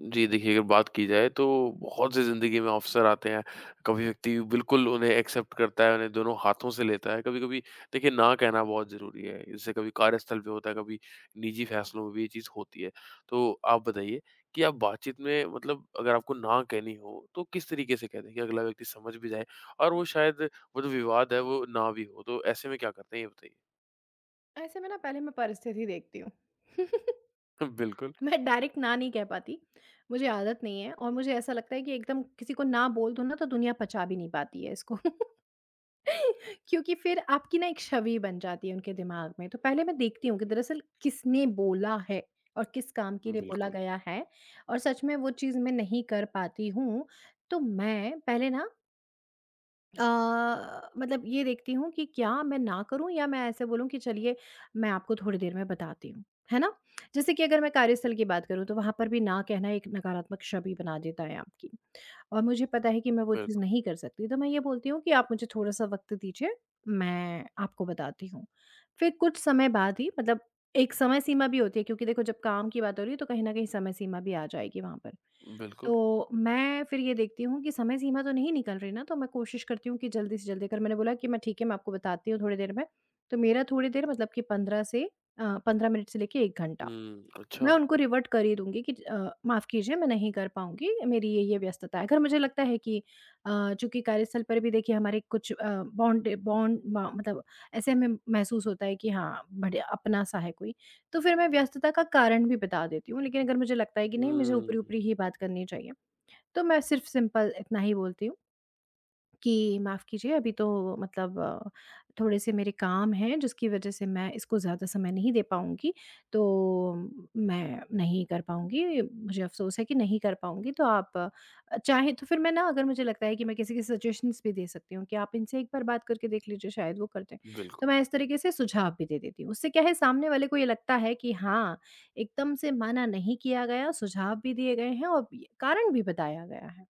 जी, देखिए अगर बात की जाए तो बहुत से ज़िंदगी में अवसर आते हैं। कभी व्यक्ति बिल्कुल उन्हें एक्सेप्ट करता है, उन्हें दोनों हाथों से लेता है। कभी-कभी देखिए ना कहना बहुत ज़रूरी है। इससे कभी कार्यस्थल पे होता है, कभी निजी फैसलों में भी ये चीज़ होती है। तो आप बताइए कि आप बातचीत में मतलब अगर आपको ना कहनी हो तो किस तरीके से कह दें कि अगला व्यक्ति समझ भी जाए और वो शायद वो जो विवाद है वो ना भी हो? तो ऐसे में क्या करते हैं ये बताइए? ऐसे में ना पहले मैं परिस्थिति देखती हूँ। बिल्कुल। मैं डायरेक्ट ना नहीं कह पाती, मुझे आदत नहीं है और मुझे ऐसा लगता है कि एकदम किसी को ना बोल दो ना तो दुनिया पचा भी नहीं पाती है इसको। क्योंकि फिर आपकी ना एक छवि बन जाती है उनके दिमाग में। तो पहले मैं देखती हूँ कि दरअसल किसने बोला है और किस काम के लिए बोला बिल्कुल, गया है, और सच में वो चीज़ मैं नहीं कर पाती हूँ, तो मैं पहले ना मतलब ये देखती हूँ कि क्या मैं ना करूँ या मैं ऐसे बोलूँ कि चलिए मैं आपको थोड़ी देर में बताती हूँ, है ना? जैसे कि अगर मैं कार्यस्थल की बात करूँ तो वहाँ पर भी ना कहना एक नकारात्मक छवि बना देता है आपकी, और मुझे पता है कि मैं वो चीज़ बिल्कुल, नहीं कर सकती तो मैं ये बोलती हूँ कि आप मुझे थोड़ा-सा वक़्त दीजिए, मैं आपको बताती हूँ। फिर कुछ समय बाद ही मतलब एक समय सीमा भी होती है, क्योंकि देखो जब काम की बात हो रही है तो कहीं न कहीं समय सीमा भी आ जाएगी वहाँ पर। बिल्कुल। तो मैं फिर ये देखती हूँ कि समय सीमा तो नहीं निकल रही ना, तो मैं कोशिश करती हूँ कि जल्दी से जल्दी, अगर मैंने बोला कि मैं ठीक है, मैं आपको बताती हूँ थोड़ी देर में, तो मेरा थोड़ी देर मतलब कि 15 से 15 मिनट से लेके 1 घंटा। हुँ, अच्छा। मैं उनको रिवर्ट कर ही दूँगी कि माफ़ कीजिए मैं नहीं कर पाऊँगी, मेरी ये व्यस्तता है। अगर मुझे लगता है कि अ, चूँकि कार्यस्थल पर भी देखिए हमारे कुछ बॉन्ड बॉन्ड म मतलब ऐसे हमें महसूस होता है कि हाँ, बढ़िया अपना-सा है कोई, तो फिर मैं व्यस्तता का कारण भी बता देती हूँ। लेकिन अगर मुझे लगता है कि नहीं, मुझे हुँ, ऊपरी-ऊपरी ही बात करनी चाहिए, तो मैं सिर्फ़ सिंपल इतना ही बोलती हूँ कि माफ़ कीजिए अभी तो मतलब थोड़े-से मेरे काम हैं जिसकी वज़ह से मैं इसको ज़्यादा समय नहीं दे पाऊँगी, तो मैं नहीं कर पाऊँगी, मुझे अफ़सोस है कि नहीं कर पाऊँगी। तो आप चाहें तो फिर मैं ना, अगर मुझे लगता है कि मैं किसी की सजेशंस भी दे सकती हूँ कि आप इनसे एक बार बात करके देख लीजिए, शायद वो कर दें। तो बिल्कुल। मैं इस तरीके से सुझाव भी दे देती हूँ, उससे क्या है सामने वाले को ये लगता है कि हाँ, एकदम से मना नहीं किया गया, सुझाव भी दिए गए हैं और कारण भी बताया गया है।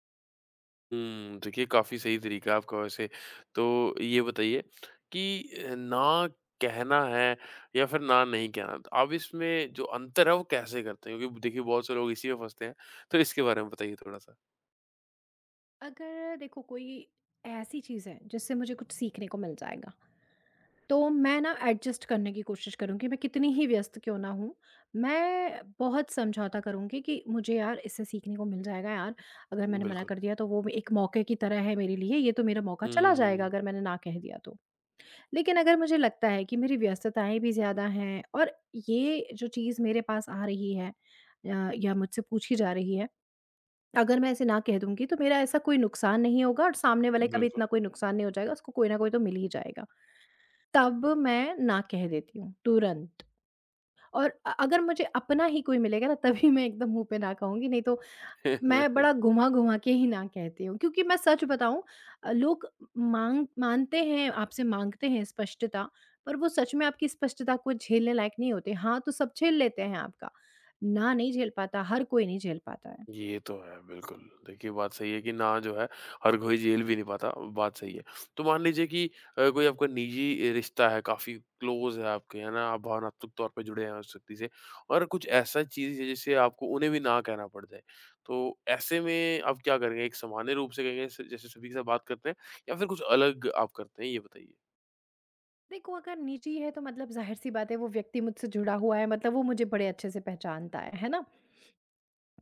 हुँ, देखिए काफ़ी सही तरीका है आपका वैसे। तो ये बताइए कि ना कहना है या फिर ना नहीं कहना, तो आप इसमें जो अंतर है वो कैसे करते हैं? क्योंकि देखिए बहुत से लोग इसी में फँसते हैं, तो इसके बारे में बताइए थोड़ा-सा। अगर देखो कोई ऐसी चीज़ है जिससे मुझे कुछ सीखने को मिल जाएगा, तो मैं ना एडजस्ट करने की कोशिश करूंगी, मैं कितनी ही व्यस्त क्यों ना हूँ। मैं बहुत समझौता करूंगी कि मुझे यार इससे सीखने को मिल जाएगा यार, अगर मैंने मना बिल्कुल। कर दिया तो। वो एक मौके की तरह है मेरे लिए, ये तो मेरा मौका चला जाएगा हुँ, अगर मैंने ना कह दिया तो। लेकिन अगर मुझे लगता है कि मेरी व्यस्तताएं भी ज़्यादा हैं और ये जो चीज़ मेरे पास आ रही है या मुझसे पूछी जा रही है, अगर मैं ऐसे ना कह दूँगी तो मेरा ऐसा कोई नुकसान नहीं होगा और सामने वाले का भी बिल्कुल। इतना कोई नुकसान नहीं हो जाएगा, उसको कोई न कोई तो मिल ही जाएगा। तब मैं ना कह देती हूँ, तुरंत। और अगर मुझे अपना ही कोई मिलेगा ना, तभी मैं एकदम मुँह पे ना कहूँगी, नहीं तो मैं बड़ा घुमा-घुमा के ही ना कहती हूँ। क्योंकि मैं सच बताऊँ, लोग माँग मानते हैं, आपसे माँगते हैं स्पष्टता, पर वो सच में आपकी स्पष्टता को झेलने लायक नहीं होते। हाँ, तो सब झेल लेते हैं आपका, ना नहीं झेल पाता, हर कोई नहीं झेल पाता है। ये तो है, बिल्कुल। देखिए, बात सही है कि ना जो है, हर कोई झेल भी नहीं पाता, बात सही है। तो मान लीजिए कि कोई आपका निजी रिश्ता है, काफ़ी क्लोज़ है आपके, है ना? आप भावनात्मक तौर पे जुड़े हैं उस व्यक्ति से और कुछ ऐसा चीज़ है जिसे आपको उन्हें भी ना कहना पड़ जाए। तो ऐसे में आप क्या करेंगे? एक सामान्य रूप से कहेंगे स जैसे सभी के साथ बात करते हैं या फिर कुछ अलग आप करते हैं, ये बताइए? देखो, अगर निजी है तो मतलब ज़ाहिर-सी बात है, वो व्यक्ति मुझसे जुड़ा हुआ है मतलब वो मुझे बड़े अच्छे से पहचानता है ना?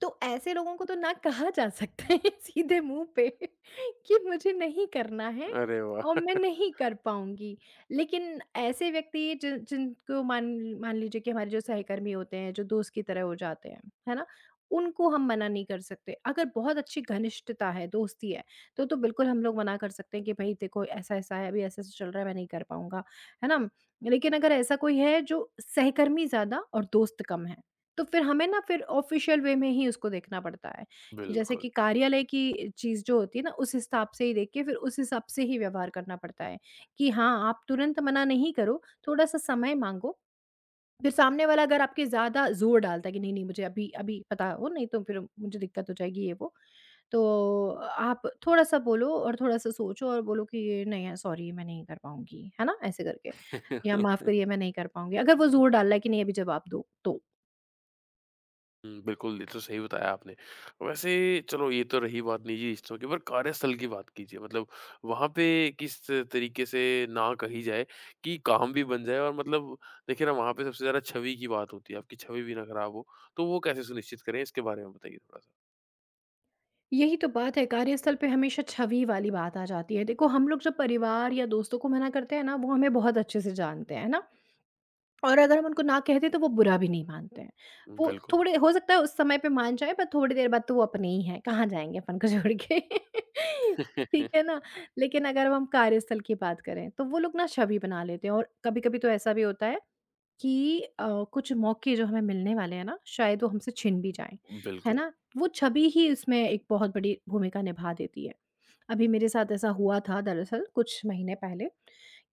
तो ऐसे लोगों को तो ना कहा जा सकता है सीधे मुँह पे, कि मुझे नहीं करना है अरे वाह! और मैं नहीं कर पाऊँगी। लेकिन ऐसे व्यक्ति जिनको मान मान लीजिए कि हमारे जो सहकर्मी होते हैं, जो दोस्त की तरह हो जाते हैं, है ना? उनको हम मना नहीं कर सकते। अगर बहुत अच्छी घनिष्ठता है, दोस्ती है, तो बिल्कुल हम लोग मना कर सकते हैं कि भई देखो ऐसा-ऐसा है, अभी ऐसा-ऐसा चल रहा है, मैं नहीं कर पाऊँगा, है ना? लेकिन अगर ऐसा कोई है जो सहकर्मी ज़्यादा और दोस्त कम है, तो फिर हमें ना फिर ऑफिशियल वे में ही उसको देखना पड़ता है कि जैसे बिल्कुल। कि कार्यालय की चीज़ जो होती है ना, उस हिसाब से ही देख के फिर उस हिसाब से ही व्यवहार करना पड़ता है कि हाँ, आप तुरंत मना नहीं करो, थोड़ा-सा समय माँगो। फिर सामने वाला अगर आपके ज़्यादा ज़ोर डालता है कि नहीं-नहीं मुझे अभी-अभी पता हो, नहीं तो फिर मुझे दिक्कत हो जाएगी ये वो। तो आप थोड़ा-सा बोलो और थोड़ा-सा सोचो और बोलो कि ये नहीं है, सॉरी मैं नहीं कर पाऊँगी, है ना? ऐसे करके, या माफ़ करिए मैं नहीं कर पाऊँगी, अगर वो ज़ोर डाल रहा है कि नहीं अभी जवाब दो, तो। हुँ, बिल्कुल, ये तो सही बताया आपने। वैसे चलो ये तो रही बात निजी रिश्तों की, पर कार्यस्थल की बात कीजिए। मतलब वहाँ पे किस तरीके से ना कही जाए कि काम भी बन जाए और मतलब देखिए ना वहाँ पे सबसे ज़्यादा छवि की बात होती है, आपकी छवि भी ना खराब हो। तो वो कैसे सुनिश्चित करें इसके बारे में बताइए थोड़ा-सा? यही तो बात है, कार्यस्थल पे हमेशा छवि वाली बात आ जाती है। देखो, हम लोग जब परिवार या दोस्तों को मना करते हैं ना, वो हमें बहुत अच्छे से जानते हैं, है ना? और अगर हम उनको ना कह दें तो वो बुरा भी नहीं मानते हैं। वो बिल्कुल। थोड़े हो सकता है उस समय पे मान जाएँ, पर थोड़ी देर बाद तो वो अपने ही हैं, कहाँ जाएँगे अपन को छोड़ के। ठीक है ना? लेकिन अगर हम कार्यस्थल की बात करें तो वो लोग ना छवि बना लेते हैं, और कभी-कभी तो ऐसा भी होता है कि कुछ मौके जो हमें मिलने वाले हैं ना, शायद वो हमसे छिन भी जाएँ, है बिल्कुल। ना? वो छवि ही उसमें एक बहुत बड़ी भूमिका निभा देती है। अभी मेरे साथ ऐसा हुआ था दरअसल कुछ महीने पहले,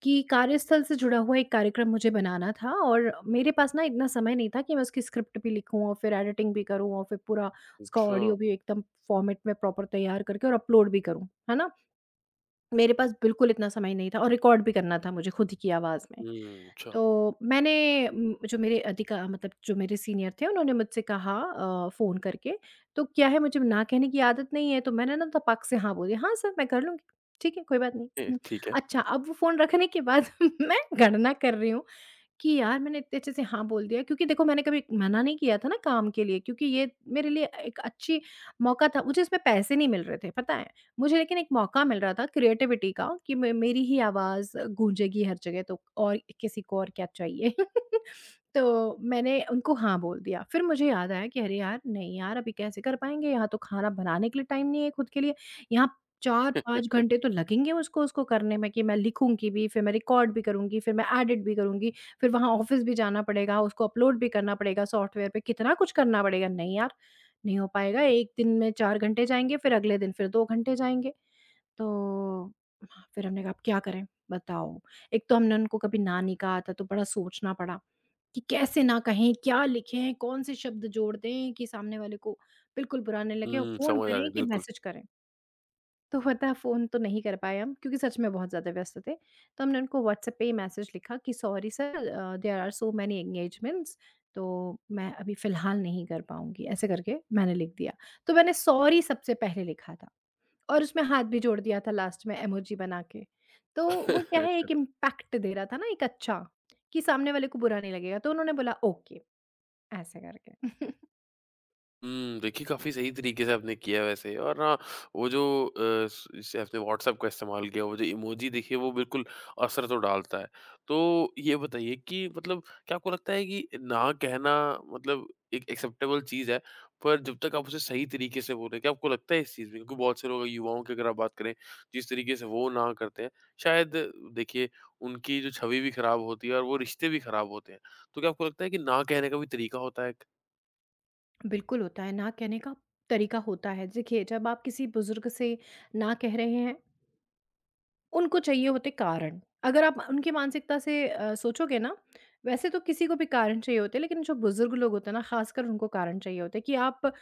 कि कार्यस्थल से जुड़ा हुआ एक कार्यक्रम मुझे बनाना था, और मेरे पास ना इतना समय नहीं था कि मैं उसकी स्क्रिप्ट भी लिखूँ और फिर एडिटिंग भी करूँ और फिर पूरा उसका अच्छा। ऑडियो भी एकदम फॉर्मेट में प्रॉपर तैयार करके और अपलोड भी करूँ, है ना? मेरे पास बिल्कुल इतना समय नहीं था, और रिकॉर्ड भी करना था मुझे खुद की आवाज़ में। हुँ, अच्छा। तो मैंने जो मेरे अधिका मतलब जो मेरे सीनियर थे उन्होंने मुझसे कहा फ़ोन करके, तो क्या है मुझे ना कहने की आदत नहीं है, तो मैंने ना तपाक से हाँ बोली, "हाँ, सर मैं कर लूँगी। ठीक है, कोई बात नहीं।" हुँ, ठीक है। अच्छा। अब वो फ़ोन रखने के बाद मैं गणना कर रही हूँ कि यार मैंने इतने अच्छे से हाँ बोल दिया, क्योंकि देखो मैंने कभी मना नहीं किया था ना काम के लिए, क्योंकि ये मेरे लिए एक अच्छी मौका था। मुझे इसमें पैसे नहीं मिल रहे थे, पता है मुझे, लेकिन एक मौका मिल रहा था क्रिएटिविटी का कि मेरी ही आवाज़ गूंजेगी हर जगह, तो और किसी को और क्या चाहिए। तो मैंने उनको हाँ बोल दिया, फिर मुझे याद आया कि अरे यार नहीं यार अभी कैसे कर पाएंगे, यहाँ तो खाना बनाने के लिए टाइम नहीं है खुद के लिए, यहाँ 4 5 घंटे तो लगेंगे उसको उसको करने में कि मैं लिखूंगी भी फिर मैं रिकॉर्ड भी करूंगी फिर मैं एडिट भी करूंगी, फिर वहाँ ऑफ़िस भी जाना पड़ेगा, उसको अपलोड भी करना पड़ेगा सॉफ्टवेयर पे, कितना कुछ करना पड़ेगा। नहीं यार, नहीं हो पाएगा, 1 दिन में 4 घंटे जाएँगे, फिर अगले दिन फिर 2 घंटे जाएँगे। तो हाँ, फिर हमने कहा अब क्या करें, बताओ? एक तो हमने उनको कभी ना नहीं कहा था, तो बड़ा सोचना पड़ा कि कैसे ना कहें, क्या लिखें, कौन से शब्द जोड़ दें कि सामने वाले को बिल्कुल बुरा नहीं लगे, और हुँ, फ़ोन समझ आ रही करें है, कि बिल्कुल। मैसेज करें? तो पता, फ़ोन तो नहीं कर पाए हम क्योंकि सच में बहुत ज़्यादा व्यस्त थे। तो हमने उनको व्हाट्सएप पे ही मैसेज लिखा कि sorry sir there are so many engagements, तो मैं अभी फ़िलहाल नहीं कर पाऊँगी, ऐसे करके मैंने लिख दिया। तो मैंने सॉरी सबसे पहले लिखा था, और उसमें हाथ भी जोड़ दिया था लास्ट में इमोजी बना के। तो वो क्या है एक इम्पैक्ट दे रहा था ना एक अच्छा, कि सामने वाले को बुरा नहीं लगेगा। तो उन्होंने बोला ओके, ऐसे करके। हुँ, देखिए काफ़ी सही तरीके से आपने किया है वैसे और ना वो जो स जैसे आपने व्हाट्सएप का इस्तेमाल किया, वो जो इमोजी देखिए वो बिल्कुल असर तो डालता है। तो ये बताइए कि मतलब क्या आपको लगता है कि ना कहना मतलब एक एक्सेप्टेबल चीज़ है, पर जब तक आप उसे सही तरीके से बोल रहे हैं, क्या आपको लगता है इस चीज़ में? क्योंकि बहुत से लोग युवाओं की अगर आप बात करें, जिस तरीके से वो ना करते हैं, शायद देखिए उनकी जो छवि भी खराब होती है और वो रिश्ते भी खराब होते हैं। तो क्या आपको लगता है कि ना कहने का भी तरीका होता है एक? बिल्कुल होता है, ना कहने का तरीका होता है। देखिए, जब आप किसी बुज़ुर्ग से ना कह रहे हैं, उनको चाहिए होते कारण। अगर आप उनकी मानसिकता से सोचोगे ना, वैसे तो किसी को भी कारण चाहिए होते हैं, लेकिन जो बुज़ुर्ग लोग होते हैं ना, ख़ासकर उनको कारण चाहिए होते हैं कि आप,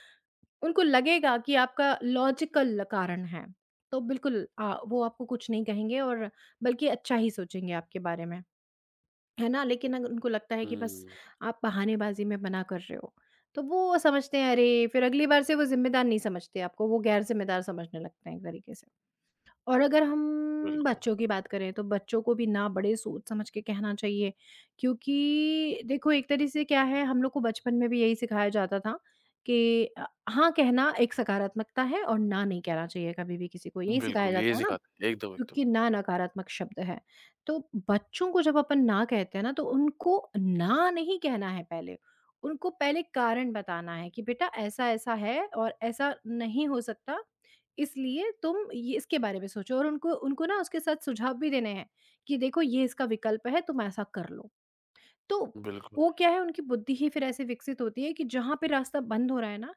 उनको लगेगा कि आपका लॉजिकल कारण है। तो बिल्कुल वो आपको कुछ नहीं कहेंगे और बल्कि अच्छा ही सोचेंगे आपके बारे में, है ना? लेकिन अगर उनको लगता है कि बस हुँ, आप बहानेबाज़ी में मना कर रहे हो, तो वो समझते हैं, अरे! फिर अगली बार से वो ज़िम्मेदार नहीं समझते आपको, वो गैर ज़िम्मेदार समझने लगते हैं एक तरीके से। और अगर हम बिल्कुल। बच्चों की बात करें तो बच्चों को भी ना बड़े सोच समझ के कहना चाहिए, क्योंकि देखो एक तरह से क्या है, हम लोग को बचपन में भी यही सिखाया जाता था कि हाँ कहना एक सकारात्मकता है और ना नहीं कहना चाहिए कभी भी किसी को, यही सिखाया बिल्कुल, यही जाता है ना, सिखाते हैं। एकदम, एकदम। क्योंकि ना नकारात्मक शब्द है। तो बच्चों को जब अपन ना कहते हैं ना, तो उनको ना नहीं कहना है पहले। उनको पहले कारण बताना है कि बेटा ऐसा-ऐसा है और ऐसा नहीं हो सकता, इसलिए तुम ये इसके बारे में सोचो, और उनको उनको ना उसके साथ सुझाव भी देने हैं कि देखो ये इसका विकल्प है, तुम ऐसा कर लो। तो बिल्कुल। वो क्या है, उनकी बुद्धि ही फिर ऐसे विकसित होती है कि जहाँ पे रास्ता बंद हो रहा है ना,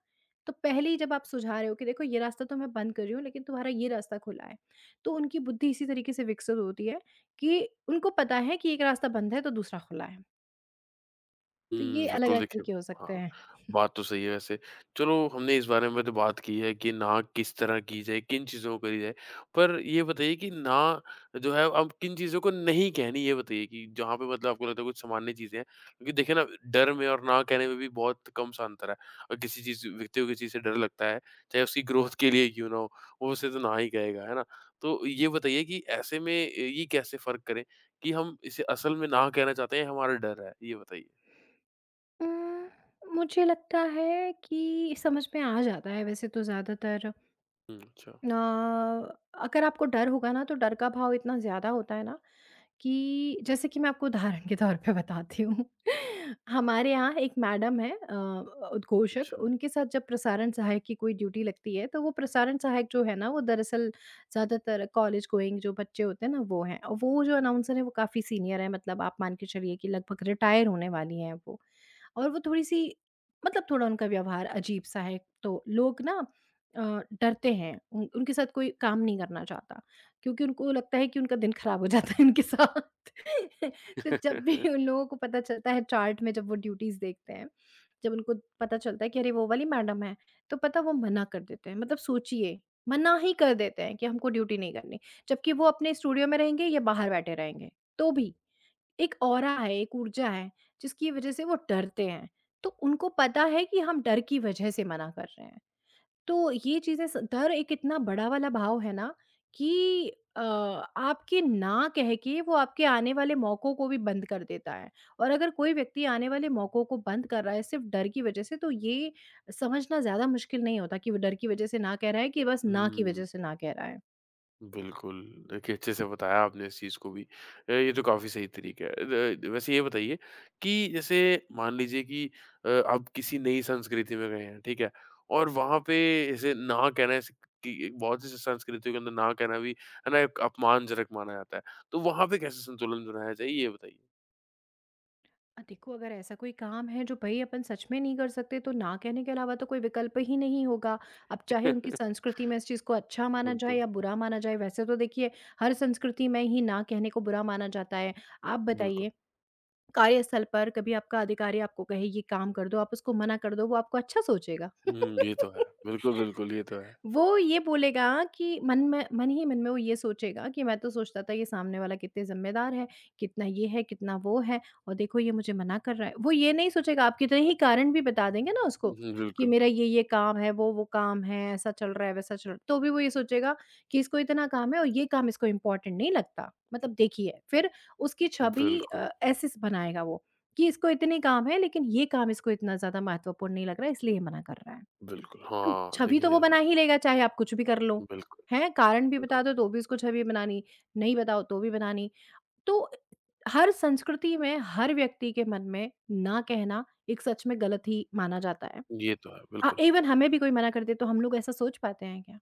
तो पहले ही जब आप सुझा रहे हो कि देखो ये रास्ता तो मैं बंद कर रही हूँ लेकिन तुम्हारा ये रास्ता खुला है, तो उनकी बुद्धि इसी तरीके से विकसित होती है कि उनको पता है कि एक रास्ता बंद है तो दूसरा खुला है। तो हुँ, ये अलग बिल्कुल अलग देखिए तरीके हो हाँ, सकते हाँ, हैं। बात तो सही है वैसे। चलो हमने इस बारे में तो बात की है कि ना किस तरह की जाए, किन चीज़ों को करी जाए। पर ये बताइए कि ना जो है अब किन चीज़ों को नहीं कहनी ये बताइए कि जहाँ पे मतलब आपको लगता है कुछ सामान्य चीज़ें हैं। क्योंकि देखिए ना डर में और ना कहने में भी बहुत कम सा अंतर है। और किसी चीज़ व्यक्ति को किसी चीज़ से डर लगता है, चाहे उसकी ग्रोथ के लिए क्यों ना हो, वो उसे तो ना ही कहेगा, है ना? तो ये बताइए कि ऐसे में ये कैसे फ़र्क करें कि हम इसे असल में ना कहना चाहते हैं, हमारा डर है? ये बताइए। अम्म, मुझे लगता है कि समझ में आ जाता है वैसे तो ज़्यादातर। हुँ, अच्छा, अ, अगर आपको डर होगा ना, तो डर का भाव इतना ज़्यादा होता है ना कि जैसे कि मैं आपको उदाहरण के तौर पे बताती हूँ। हमारे यहाँ एक मैडम हैं उद्घोषक, अच्छा। उनके साथ जब प्रसारण सहायक की कोई ड्यूटी लगती है, तो वो प्रसारण सहायक जो है ना, वो दरअसल ज़्यादातर कॉलेज गोइंग जो बच्चे होते हैं ना, वो हैं। और वो जो अनाउंसर हैं, वो काफ़ी सीनियर हैं, मतलब आप मान के चलिए कि लगभग रिटायर होने वाली हैं वो। और वो थोड़ी-सी, मतलब थोड़ा उनका व्यवहार अजीब-सा है, तो लोग ना अ, डरते हैं, उन उनके साथ कोई काम नहीं करना चाहता। क्योंकि उनको लगता है कि उनका दिन खराब हो जाता है उनके साथ। तो जब भी उन लोगों को पता चलता है, चार्ट में जब वो ड्यूटीज़ देखते हैं, जब उनको पता चलता है कि अरे वो वाली मैडम है, तो पता वो मना कर देते हैं। मतलब सोचिए, मना ही कर देते हैं कि हमको ड्यूटी नहीं करनी। जबकि वो अपने स्टूडियो में रहेंगे या बाहर बैठे रहेंगे, तो भी एक ऑरा है, एक ऊर्जा है, जिसकी वजह से वो डरते हैं। तो उनको पता है कि हम डर की वजह से मना कर रहे हैं। तो ये चीज़ें स डर एक इतना बड़ा वाला भाव है ना कि आपके ना कह के वो आपके आने वाले मौकों को भी बंद कर देता है। और अगर कोई व्यक्ति आने वाले मौकों को बंद कर रहा है सिर्फ़ डर की वज़ह से, तो ये समझना ज़्यादा मुश्किल नहीं होता कि वो डर की वज़ह से ना कह रहा है कि बस ना की हुँ, वज़ह से ना कह रहा है। बिल्कुल। देखिए, अच्छे से बताया आपने इस चीज़ को भी। ये तो काफ़ी सही तरीका है। द वैसे ये बताइए कि जैसे मान लीजिए कि आप किसी नई संस्कृति में गए हैं, ठीक है? और वहाँ पे जैसे ना कहना ऐसे कि एक बहुत सी संस्कृतियों के अंदर ना कहना भी, है ना, एक अपमानजनक माना जाता है। तो वहाँ पे कैसे संतुलन बनाया जाए, ये बताइए? देखो अगर ऐसा कोई काम है जो भई अपन सच में नहीं कर सकते, तो ना कहने के अलावा तो कोई विकल्प ही नहीं होगा। अब चाहे उनकी संस्कृति में इस चीज़ को अच्छा माना जाए बिल्कुल, या बुरा माना जाए, वैसे तो देखिए हर संस्कृति में ही ना कहने को बुरा माना जाता है। आप बिल्कुल। बताइए, कार्यस्थल पर कभी आपका अधिकारी आपको कहे ये काम कर दो, आप उसको मना कर दो, वो आपको अच्छा सोचेगा? हुँ, ये तो है। बिल्कुल, बिल्कुल, ये तो है। वो ये बोलेगा कि मन में, मन ही मन में वो ये सोचेगा कि मैं तो सोचता था ये सामने वाला कितने ज़िम्मेदार है, कितना ये है, कितना वो है, और देखो ये मुझे मना कर रहा है। वो ये नहीं सोचेगा, आप कितने ही कारण भी बता देंगे ना उसको हुँ, कि बिल्कुल, मेरा ये-ये काम है, वो-वो काम है, ऐसा चल रहा है, वैसा चल रहा है। तो भी वो ये सोचेगा कि इसको इतना काम है और ये काम इसको इम्पोर्टेंट नहीं लगता। मतलब देखिए, फिर उसकी छवि बिल्कुल। ऐसे स बनाएगा वो कि इसको इतने काम है लेकिन ये काम इसको इतना ज़्यादा महत्वपूर्ण नहीं लग रहा है, इसलिए ये मना कर रहा है। बिल्कुल, तो हाँ, छवि देखिए तो ये वो बना तो ही लेगा, चाहे आप कुछ भी कर लो, है। बिल्कुल, हैं? कारण भी बिल्कुल। बता दो तो भी उसको छवि बनानी, नहीं बताओ तो भी बनानी। तो हर संस्कृति में, हर व्यक्ति के मन में ना कहना एक सच में गलत ही माना जाता है। ये तो है, बिल्कुल। इवन हमें भी कोई मना कर दे तो हम लोग ऐसा सोच पाते हैं क्या?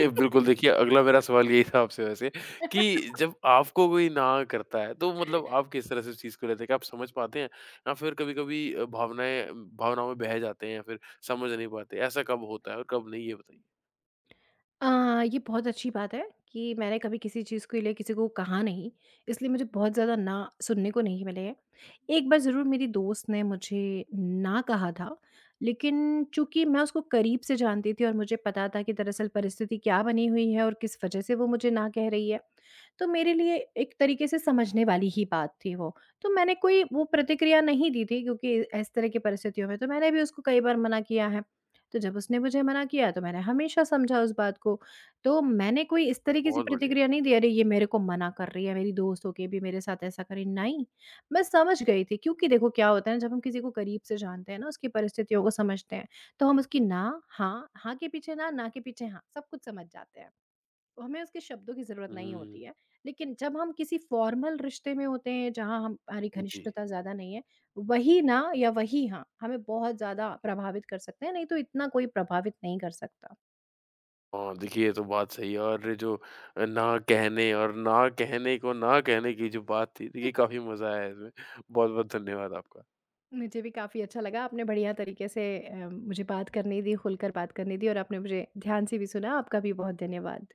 ये बिल्कुल देखिए अगला मेरा सवाल यही था आपसे वैसे कि जब आपको कोई ना करता है तो मतलब आप किस तरह से उस चीज़ को लेते हैं? क्या आप समझ पाते हैं या फिर कभी-कभी भावनाएँ भावनाओं में बह जाते हैं या फिर समझ नहीं पाते? ऐसा कब होता है और कब नहीं ये बताइए? ये बहुत अच्छी बात है कि मैंने कभी किसी चीज़ के लिए किसी को कहा नहीं, इसलिए मुझे बहुत ज़्यादा ना सुनने को नहीं मिले हैं। एक बार ज़रूर मेरी दोस्त ने मुझे ना कहा था, लेकिन चूँकि मैं उसको करीब से जानती थी और मुझे पता था कि दरअसल परिस्थिति क्या बनी हुई है और किस वजह से वो मुझे ना कह रही है। तो मेरे लिए एक तरीके से समझने वाली ही बात थी वो। तो मैंने कोई वो प्रतिक्रिया नहीं दी थी, क्योंकि इस तरह की परिस्थितियों में तो मैंने भी उसको कई बार मना किया है। तो जब उसने मुझे मना किया, तो मैंने हमेशा समझा उस बात को। तो मैंने कोई इस तरीके से बहुत बढ़िया। प्रतिक्रिया नहीं दी, अरे ये मेरे को मना कर रही है, मेरी दोस्त होके भी मेरे साथ ऐसा करे, नहीं। मैं समझ गई थी, क्योंकि देखो क्या होता है ना, जब हम किसी को करीब से जानते हैं ना, उसकी परिस्थितियों को समझते हैं, तो हम उसकी ना, हाँ, हाँ के पीछे ना, ना के पीछे हाँ, सब कुछ समझ जाते हैं। हमें उसके शब्दों की ज़रूरत नहीं हुँ, होती है। लेकिन जब हम किसी फ़ॉर्मल रिश्ते में होते हैं जहाँ हम हमारी जी। घनिष्ठता ज़्यादा नहीं है, वही ना या वही हाँ, हमें बहुत ज़्यादा प्रभावित कर सकते हैं, नहीं तो इतना कोई प्रभावित नहीं कर सकता। हाँ, देखिए ये तो बात सही है और ये जो ना कहने और ना कहने को ना कहने की जो बात थी, देखिए काफ़ी मज़ा आया इसमें। बहुत-बहुत धन्यवाद आपका। मुझे भी काफ़ी अच्छा लगा, आपने बढ़िया तरीके से मुझे बात करने दी, खुलकर बात करने दी और आपने मुझे ध्यान से भी सुना। आपका भी बहुत धन्यवाद।